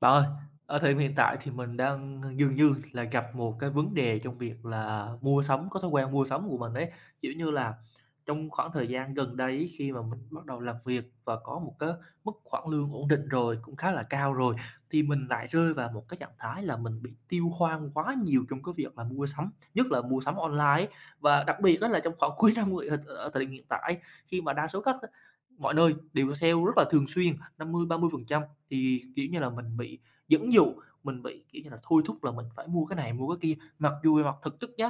Bạn ơi, ở thời điểm hiện tại thì mình đang dường như là gặp một cái vấn đề trong việc là mua sắm, có thói quen mua sắm của mình ấy. Kiểu như là trong khoảng thời gian gần đây ấy, khi mà mình bắt đầu làm việc và có một cái mức khoản lương ổn định rồi, cũng khá là cao rồi, thì mình lại rơi vào một cái trạng thái là mình bị tiêu hoang quá nhiều trong cái việc là mua sắm, nhất là mua sắm online ấy. Và đặc biệt á là trong khoảng cuối năm, ở thời điểm hiện tại, khi mà đa số các mọi nơi đều có sale rất là thường xuyên, năm mươi mươi ba mươi phần trăm thì, kiểu như là, mình bị dẫn dụ, mình bị, kiểu như là, thôi thúc là mình phải mua cái này, mua cái kia, mặc dù về mặt thực chất nhá,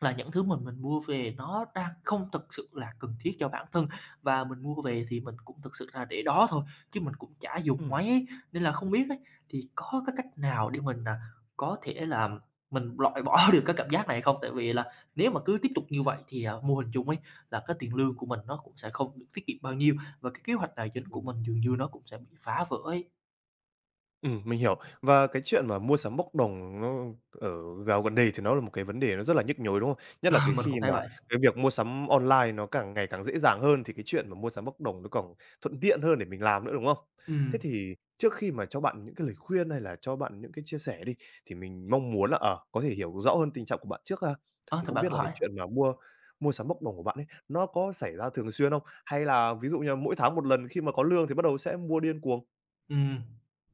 là những thứ mình mua về nó đang không thực sự là cần thiết cho bản thân, và mình mua về thì mình cũng thực sự là để đó thôi, chứ mình cũng chả dùng Ừm, mấy ấy. Nên là không biết ấy, thì có cái cách nào để mình, có thể là mình loại bỏ được cái cảm giác này không? Tại vì là nếu mà cứ tiếp tục như vậy thì, vô hình chung ấy, là cái tiền lương của mình nó cũng sẽ không được tiết kiệm bao nhiêu, và cái kế hoạch tài chính của ừm, mình dường như nó cũng sẽ bị phá vỡ ấy. Mình hiểu. Và cái chuyện mà mua sắm bốc đồng nó ở gạo gần đây thì nó là một cái vấn đề nó rất là nhức nhối, đúng không? Nhất là cái Mình khi cũng thấy mà vậy. cái việc mua sắm online nó càng ngày càng dễ dàng hơn thì cái chuyện mà mua sắm bốc đồng nó còn thuận tiện hơn để mình làm nữa, đúng không? Thế Ừm. thì trước khi mà cho bạn những cái lời khuyên hay là cho bạn những cái chia sẻ đi, thì mình mong muốn là, có thể hiểu rõ hơn tình trạng của bạn trước ha. Ơ, Thì thì không bạn biết cứ là cái hỏi. chuyện mà mua mua sắm bốc đồng của bạn ấy, nó có xảy ra thường xuyên không? Hay là ví dụ như mỗi tháng một lần khi mà có lương thì bắt đầu sẽ mua điên cuồng? Ừm,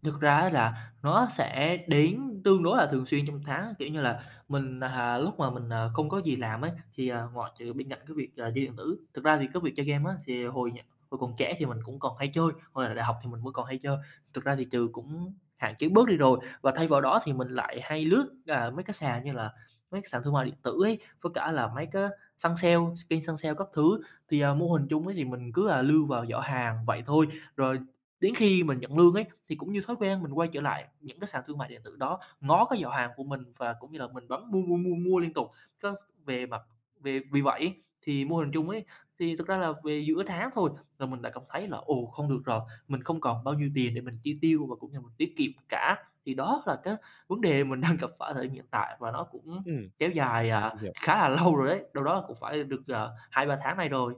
Thực ra á là nó sẽ đến tương đối là thường xuyên trong tháng, kiểu như là, mình, lúc mà mình, không có gì làm ấy, thì, ngoại trừ bên cạnh cái việc, chơi điện tử, thực ra thì cái việc chơi game á, thì hồi còn trẻ thì mình cũng còn hay chơi, hồi là đại học thì mình vẫn còn hay chơi, thực ra thì trừ cũng hạn chế bớt đi rồi. Và thay vào đó thì mình lại hay lướt, mấy cái sàn như là mấy cái sàn thương mại điện tử ấy, với cả là mấy cái săn sale, kênh săn sale các thứ. Thì, mô hình chung ấy thì mình cứ, lưu vào giỏ hàng vậy thôi, rồi đến khi mình nhận lương ấy, thì cũng như thói quen mình quay trở lại những cái sàn thương mại điện tử đó, ngó cái giỏ hàng của mình và cũng như là mình bấm mua, mua, mua, mua liên tục. Có về mặt về vì vậy thì mô hình chung ấy, thì thực ra là về giữa tháng thôi là mình đã cảm thấy là "Ồ, không được rồi, mình không còn bao nhiêu tiền để mình chi tiêu và cũng như mình tiết kiệm cả." Thì đó là cái vấn đề mình đang gặp phải thời điểm hiện tại và nó cũng Ừm. kéo dài, Mình hiểu. khá là lâu rồi đấy, đâu đó là cũng phải được, 2-3 tháng nay rồi.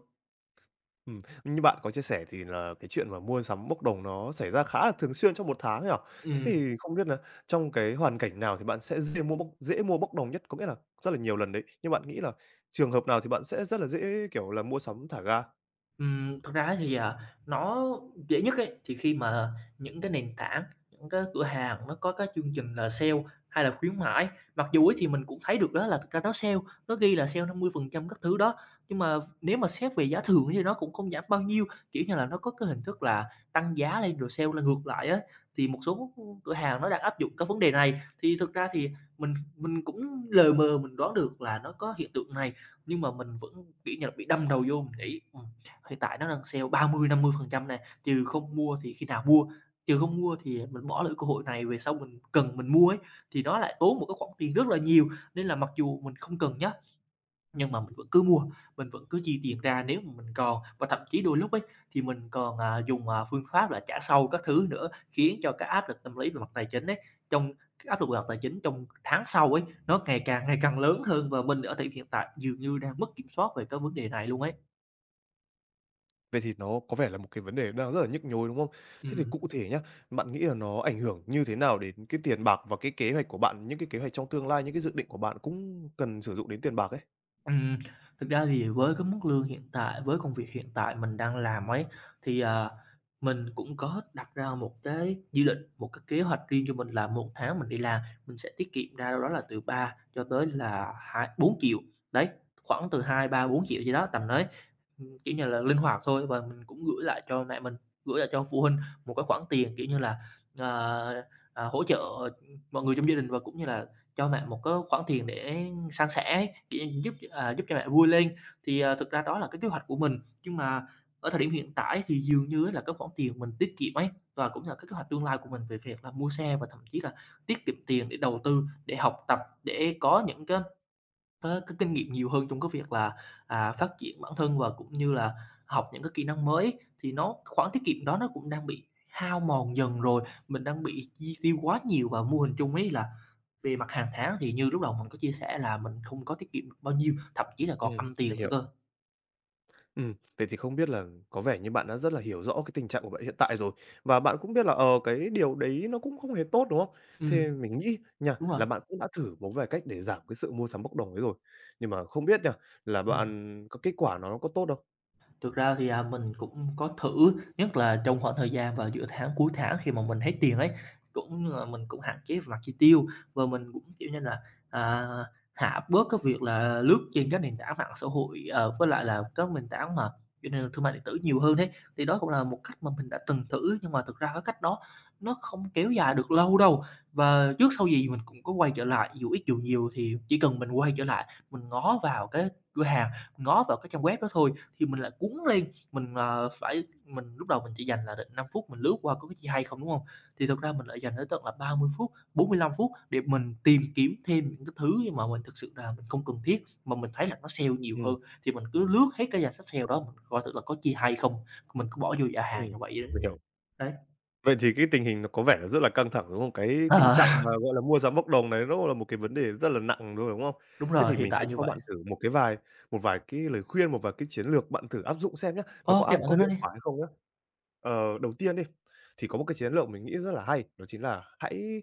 Như bạn có chia sẻ thì là cái chuyện mà mua sắm bốc đồng nó xảy ra khá là thường xuyên trong một tháng nhỉ? Thế Ừm. thì không biết là trong cái hoàn cảnh nào thì bạn sẽ dễ mua bốc đồng nhất? Có nghĩa là rất là nhiều lần đấy, nhưng bạn nghĩ là trường hợp nào thì bạn sẽ rất là dễ, kiểu là, mua sắm thả ga? Thực ra thì, nó dễ nhất ấy, thì khi mà những cái nền tảng, những cái cửa hàng nó có cái chương trình là sale hay là khuyến mãi. Mặc dù ấy thì mình cũng thấy được đó là thực ra nó sale, nó ghi là sale 50% các thứ đó, nhưng mà nếu mà xét về giá thường thì nó cũng không giảm bao nhiêu, kiểu như là, nó có cái hình thức là tăng giá lên rồi sale là ngược lại á. Thì một số cửa hàng nó đang áp dụng cái vấn đề này, thì thực ra thì mình cũng lờ mờ mình đoán được là nó có hiện tượng này, nhưng mà mình vẫn, kiểu như là, bị đâm đầu vô mình nghĩ, hiện tại nó đang sale ba mươi năm mươi phần trăm này, trừ không mua thì khi nào mua, trừ không mua thì mình bỏ lỡ cơ hội này, về sau mình cần mình mua ấy, thì nó lại tốn một cái khoản tiền rất là nhiều. Nên là mặc dù mình không cần nhá, nhưng mà mình vẫn cứ mua, mình vẫn cứ chi tiền ra nếu mà mình còn. Và thậm chí đôi lúc ấy, thì mình còn, dùng, phương pháp là trả sau các thứ nữa, khiến cho cái áp lực tâm lý về mặt tài chính ấy, trong cái áp lực về mặt tài chính trong tháng sau ấy, nó ngày càng lớn hơn và mình ở thời điểm hiện tại dường như đang mất kiểm soát về cái vấn đề này luôn ấy. Vậy thì nó có vẻ là một cái vấn đề đang rất là nhức nhối, đúng không? Thế thì Ừm. cụ thể nhá, bạn nghĩ là nó ảnh hưởng như thế nào đến cái tiền bạc và cái kế hoạch của bạn, những cái kế hoạch trong tương lai, những cái dự định của bạn cũng cần sử dụng đến tiền bạc ấy? Ừm, thực ra thì với cái mức lương hiện tại, với công việc hiện tại mình đang làm ấy, thì, mình cũng có đặt ra một cái dự định, một cái kế hoạch riêng cho mình là một tháng mình đi làm, mình sẽ tiết kiệm ra đâu đó là từ 3 cho tới là 24 triệu đấy, khoảng từ 2 3 4.000.000 gì đó, tầm đấy. Kiểu như là, linh hoạt thôi và mình cũng gửi lại cho mẹ mình, gửi lại cho phụ huynh một cái khoản tiền, kiểu như là, ờ, hỗ trợ, mọi người trong gia đình và cũng như là cho mẹ một cái khoản tiền để san sẻ ấy, kiểu, như giúp, giúp cho mẹ vui lên. Thì, thực ra đó là cái kế hoạch của mình, nhưng mà ở thời điểm hiện tại thì dường như á là cái khoản tiền mình tiết kiệm ấy, và cũng là cái kế hoạch tương lai của mình về việc là mua xe và thậm chí là tiết kiệm tiền để đầu tư, để học tập, để có những cái có cái kinh nghiệm nhiều hơn trong cái việc là, phát triển bản thân và cũng như là học những cái kỹ năng mới ấy, thì nó khoản tiết kiệm đó nó cũng đang bị hao mòn dần rồi. Mình đang bị chi tiêu quá nhiều và mô hình chung ấy là về mặt hàng tháng thì như lúc đầu mình có chia sẻ là mình không có tiết kiệm được bao nhiêu, thậm chí là còn âm tiền Mình nữa hiểu. cơ. Thế thì không biết là có vẻ như bạn đã rất là hiểu rõ cái tình trạng của bạn hiện tại rồi, và bạn cũng biết là, cái điều đấy nó cũng không hề tốt, đúng không? Thì Ừm, mình nghĩ nha, đúng rồi, là bạn cũng đã thử một vài cách để giảm cái sự mua sắm bốc đồng ấy rồi, nhưng mà không biết nha, là ừm. bạn có kết quả nó có tốt không? Thực ra thì, mình cũng có thử, nhất là trong khoảng thời gian vào giữa tháng, cuối tháng khi mà mình hết tiền ấy, cũng là mình cũng hạn chế về mặt chi tiêu và mình cũng, kiểu như là, à, hạ bớt cái việc là lướt trên các nền tảng mạng xã hội, với lại là các nền tảng mà, kiểu như, là thương mại điện tử nhiều hơn ấy. Thì đó cũng là một cách mà mình đã từng thử, nhưng mà thực ra cái cách đó nó không kéo dài được lâu đâu. Và trước sau gì mình cũng có quay trở lại, dù ít dù nhiều thì chỉ cần mình quay trở lại, mình ngó vào cái cửa hàng, ngó vào cái trang web đó thôi thì mình lại cuốn lên, mình, phải mình lúc đầu mình chỉ dành là được 5 phút mình lướt qua có cái gì hay không, đúng không? Thì thực ra mình lại dành tới tận là 30 phút, 45 phút để mình tìm kiếm thêm những cái thứ mà mình thực sự là mình không cần thiết, mà mình thấy là nó sale nhiều Ừm, hơn, thì mình cứ lướt hết cái danh sách sale đó, mình coi thử là có chi hay không, mình cứ bỏ vô giỏ hàng ừm, như vậy á. mình hiểu. Đấy, Vậy thì cái tình hình nó có vẻ là rất là căng thẳng, đúng không? Cái tình ờ, trạng mà, gọi là, mua sắm bốc đồng này nó là một cái vấn đề rất là nặng rồi, đúng không? đúng Thế rồi, thì hiện mình sẽ tại như cho vậy. bạn thử một vài cái lời khuyên, một vài cái chiến lược bạn thử áp dụng xem nhá, nó Ô, có kệ áp bạn có cứ nói hiệu đi. quả hay không nhá. Ờ, đầu tiên đi, thì có một cái chiến lược mình nghĩ rất là hay, đó chính là hãy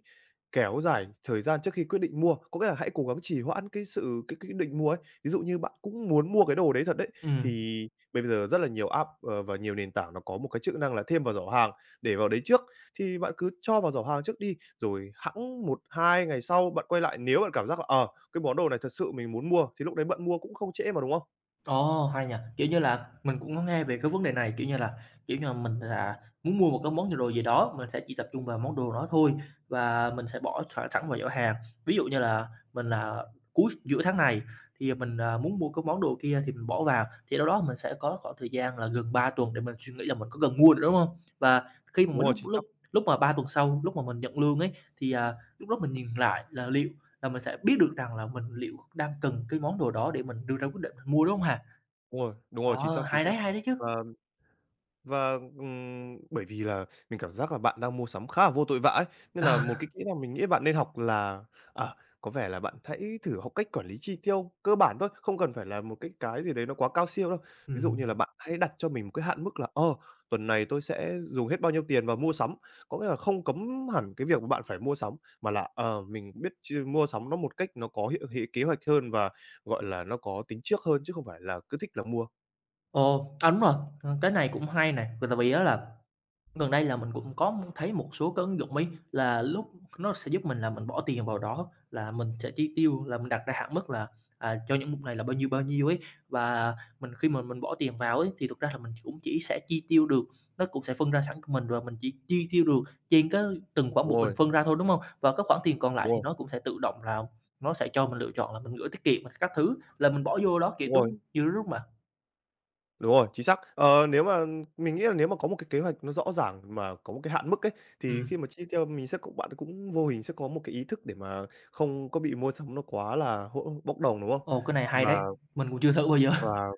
kéo dài thời gian trước khi quyết định mua. Có nghĩa là hãy cố gắng trì hoãn cái sự cái định mua ấy. Ví dụ như bạn cũng muốn mua cái đồ đấy thật đấy, Ừm. thì bây giờ rất là nhiều app, và nhiều nền tảng nó có một cái chức năng là thêm vào giỏ hàng, để vào đấy trước, thì bạn cứ cho vào giỏ hàng trước đi, rồi hẵng một 2 ngày sau bạn quay lại, nếu bạn cảm giác là, cái món đồ này thật sự mình muốn mua, thì lúc đấy bạn mua cũng không trễ mà, đúng không? Ồ, hay nhỉ! Kiểu như là, mình cũng có nghe về cái vấn đề này, kiểu như là, mình là muốn mua một cái món đồ gì đó, mình sẽ chỉ tập trung vào món đồ đó thôi và mình sẽ bỏ sẵn sẵn vào giỏ hàng. Ví dụ như là mình là cuối giữa tháng này thì mình, muốn mua cái món đồ kia thì mình bỏ vào, thì đâu đó mình sẽ có khoảng thời gian là gần 3 tuần để mình suy nghĩ là mình có cần mua được đúng hông? Và khi mà Đúng mình rồi, lúc chính xác. lúc lúc mà 3 tuần sau, lúc mà mình nhận lương ấy, thì, lúc đó mình nhìn lại là liệu là mình sẽ biết được rằng là mình liệu đang cần cái món đồ đó để mình đưa ra quyết định mình mua, đúng không hả? Đúng rồi, chính Ờ, xác, chính xác. Hay đấy chứ. Ờ. Và, bởi vì là mình cảm giác là bạn đang mua sắm khá là vô tội vạ ấy, nên là một Ờ. cái kỹ năng mình nghĩ bạn nên học là, à, có vẻ là bạn hãy thử học cách quản lý chi tiêu cơ bản thôi, không cần phải là một cái gì đấy nó quá cao siêu đâu. Ví dụ như là Ừm. bạn hãy đặt cho mình một cái hạn mức là, tuần này tôi sẽ dùng hết bao nhiêu tiền vào mua sắm, có nghĩa là không cấm hẳn cái việc mà bạn phải mua sắm, mà là, mình biết chi mua sắm nó một cách nó có hiệu hệ kế hoạch hơn và, gọi là, nó có tính trước hơn chứ không phải là cứ thích là mua. Ồ, à, đúng rồi, cái này cũng hay nè, tại vì á là gần đây là mình cũng có thấy một số cái ứng dụng ấy là lúc nó sẽ giúp mình là mình bỏ tiền vào đó, là mình sẽ chi tiêu, là mình đặt ra hạn mức là, à, cho những mục này là bao nhiêu ấy. Và mình khi mà mình bỏ tiền vào ấy, thì thực ra là mình cũng chỉ sẽ chi tiêu được, nó cũng sẽ phân ra sẵn của mình rồi, mình chỉ chi tiêu được trên cái từng khoản Đúng một mình rồi, phân ra thôi, đúng không? Và cái khoản tiền còn lại đúng thì rồi, nó cũng sẽ tự động là nó sẽ cho mình lựa chọn là mình gửi tiết kiệm các thứ, là mình bỏ vô đó, kiểu, đúng rồi. đúng như lúc mà. Đúng rồi, chính xác. Ờ, nếu mà mình nghĩ là nếu mà có một cái kế hoạch nó rõ ràng mà có một cái hạn mức ấy, thì Ừm, khi mà chi tiêu mình sẽ cũng bạn cũng vô hình sẽ có một cái ý thức để mà không có bị mua sắm nó quá là bốc đồng, đúng không? ồ, cái này hay Và đấy, mình cũng chưa thử bao giờ. và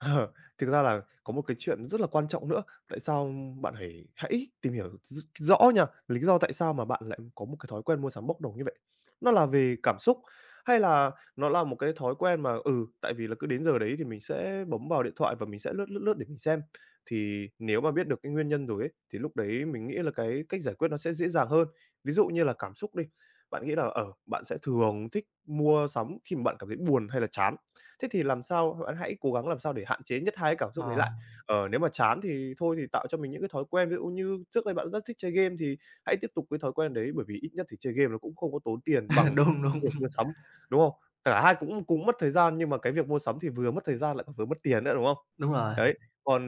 Ờ, thực ra là có một cái chuyện rất là quan trọng nữa, tại sao bạn hãy hãy tìm hiểu rõ nha, lý do tại sao mà bạn lại có một cái thói quen mua sắm bốc đồng như vậy. Nó là về cảm xúc hay là nó là một cái thói quen mà, tại vì là cứ đến giờ đấy thì mình sẽ bấm vào điện thoại và mình sẽ lướt, lướt, lướt để mình xem. Thì nếu mà biết được cái nguyên nhân rồi ấy, thì lúc đấy mình nghĩ là cái cách giải quyết nó sẽ dễ dàng hơn. Ví dụ như là cảm xúc đi, bạn nghĩ là, ở bạn sẽ thường thích mua sắm khi mà bạn cảm thấy buồn hay là chán. Thế thì làm sao bạn hãy cố gắng làm sao để hạn chế nhất hai cái cảm xúc đấy lại. Ờ, Ờ, nếu mà chán thì thôi thì tạo cho mình những cái thói quen, ví dụ như trước đây bạn rất thích chơi game thì hãy tiếp tục cái thói quen đấy, bởi vì ít nhất thì chơi game nó cũng không có tốn tiền bằng đúng, đúng. việc mua sắm, đúng không? Cả hai cũng cũng mất thời gian nhưng mà cái việc mua sắm thì vừa mất thời gian lại còn vừa mất tiền nữa, đúng không? Đúng rồi. Đấy, còn,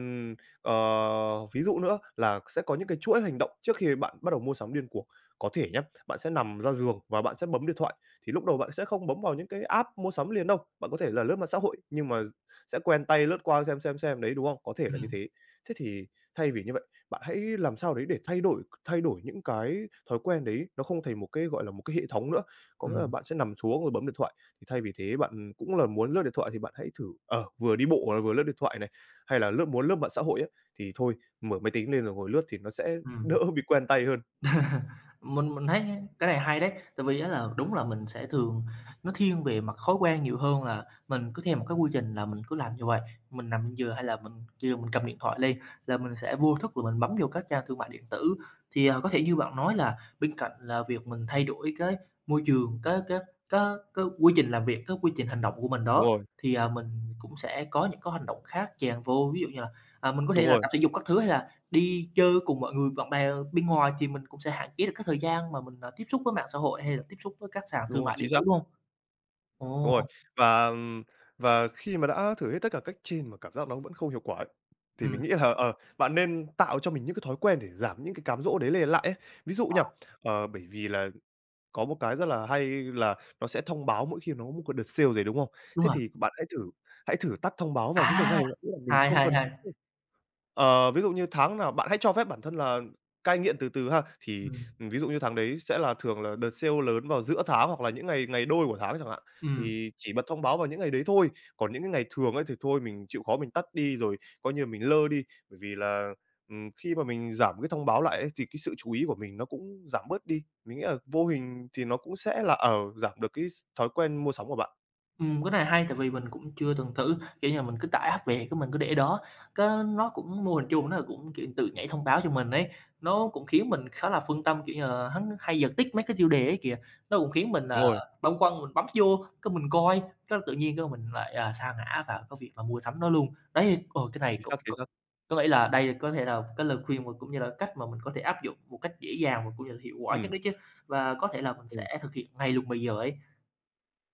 ờ, ví dụ nữa là sẽ có những cái chuỗi hành động trước khi bạn bắt đầu mua sắm điên cuồng. Có thể nhé bạn sẽ nằm ra giường và bạn sẽ bấm điện thoại thì lúc đầu bạn sẽ không bấm vào những cái app mua sắm liền đâu. Bạn có thể là lướt mạng xã hội, nhưng mà sẽ quen tay lướt qua xem, đấy, đúng không? Có thể là như Ừm, thế. Thế thì thay vì như vậy, bạn hãy làm sao đấy để thay đổi những cái thói quen đấy, nó không thành một cái, gọi là, một cái hệ thống nữa. Có nghĩa là ừm, bạn sẽ nằm xuống rồi bấm điện thoại, thì thay vì thế bạn cũng là muốn lướt điện thoại thì bạn hãy thử, vừa đi bộ là vừa lướt điện thoại này, hay là muốn lướt mạng xã hội á, thì thôi, mở máy tính lên rồi ngồi lướt thì nó sẽ đỡ ừm. bị quen tay hơn. Mình thấy cái này hay đấy, tại vì á là đúng là mình sẽ thường nó thiên về mặt thói quen nhiều hơn là mình cứ theo một cái quy trình là mình cứ làm như vậy. Mình nằm trên giường hay là mình kêu mình cầm điện thoại lên là mình sẽ vô thức là mình bấm vô các trang thương mại điện tử. Thì, à, có thể như bạn nói là bên cạnh là việc mình thay đổi cái môi trường, cái cái quy trình làm việc, cái quy trình hành động của mình Đúng đó, rồi, thì, à, mình cũng sẽ có những cái hành động khác chèn vô. Ví dụ như là, à, mình có thể đúng là rồi, tập thể dục các thứ hay là đi chơi cùng mọi người, bạn bè bên ngoài thì mình cũng sẽ hạn chế được cái thời gian mà mình, à, tiếp xúc với mạng xã hội hay là tiếp xúc với các sàn đúng thương rồi, mại chính điện tử, xác. đúng hông? Đúng rồi, Ồ, và, ừm, và khi mà đã thử hết tất cả cách trên mà cảm giác nó vẫn không hiệu quả ấy, thì ừm, mình nghĩ là, bạn nên tạo cho mình những cái thói quen để giảm những cái cám dỗ đấy lại ấy. Ví dụ nha, bởi vì là có một cái rất là hay là nó sẽ thông báo mỗi khi nó có một cái đợt sale gì, đúng không? đúng Thế rồi. thì bạn hãy thử tắt thông báo vào những cái À, ngày mà bạn nghĩ là mình hay, không hay, cần. hay. Ờ, ví dụ như tháng nào bạn hãy cho phép bản thân là cai nghiện từ từ ha, thì, Ừm, ví dụ như tháng đấy sẽ là thường là đợt sale lớn vào giữa tháng hoặc là những ngày ngày đôi của tháng chẳng hạn, ừm. thì chỉ bật thông báo vào những ngày đấy thôi. Còn những cái ngày thường ấy thì thôi mình chịu khó mình tắt đi rồi coi như mình lơ đi, bởi vì là, khi mà mình giảm cái thông báo lại ấy thì cái sự chú ý của mình nó cũng giảm bớt đi. Mình nghĩ là vô hình thì nó cũng sẽ là, ở giảm được cái thói quen mua sắm của bạn. Cái này hay tại vì mình cũng chưa từng thử, kiểu như là, mình cứ tải app về cái mình cứ để đó, cái nó cũng mô hình chuông nó cũng, kiểu, tự nhảy thông báo cho mình ấy, nó cũng khiến mình khá là phân tâm, kiểu như là, hắn hay giật tít mấy cái tiêu đề ấy kìa, nó cũng khiến mình, Đúng rồi, băn khoăn mình bấm vô, cái mình coi, cái tự nhiên cái mình lại, à, sa ngã vào cái việc là mua sắm nó luôn. Đấy, cái này chính xác, cũng c chính xác. có nghĩa là đây có thể là cái lời khuyên mà cũng như là cách mà mình có thể áp dụng một cách dễ dàng và cũng như là hiệu quả nhất Ừ. đó chứ, và có thể là mình Ừ. sẽ thực hiện ngay luôn bây giờ ấy.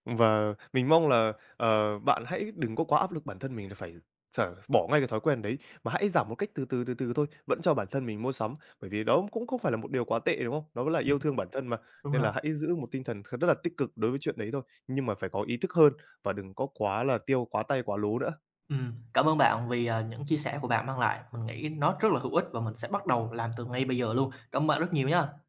Và mình mong là, bạn hãy đừng có quá áp lực bản thân mình là phải bỏ ngay cái thói quen đấy, mà hãy giảm một cách từ từ, từ từ thôi, vẫn cho bản thân mình mua sắm, bởi vì đó cũng không phải là một điều quá tệ, đúng không? Đó là yêu thương bản thân mà, Đúng nên là rồi. hãy giữ một tinh thần rất là tích cực đối với chuyện đấy thôi, nhưng mà phải có ý thức hơn và đừng có quá là tiêu quá tay quá lố nữa. Cảm ơn bạn vì, à, những chia sẻ của bạn mang lại. Mình nghĩ nó rất là hữu ích và mình sẽ bắt đầu làm từ ngay bây giờ luôn. Cảm ơn bạn rất nhiều nhá.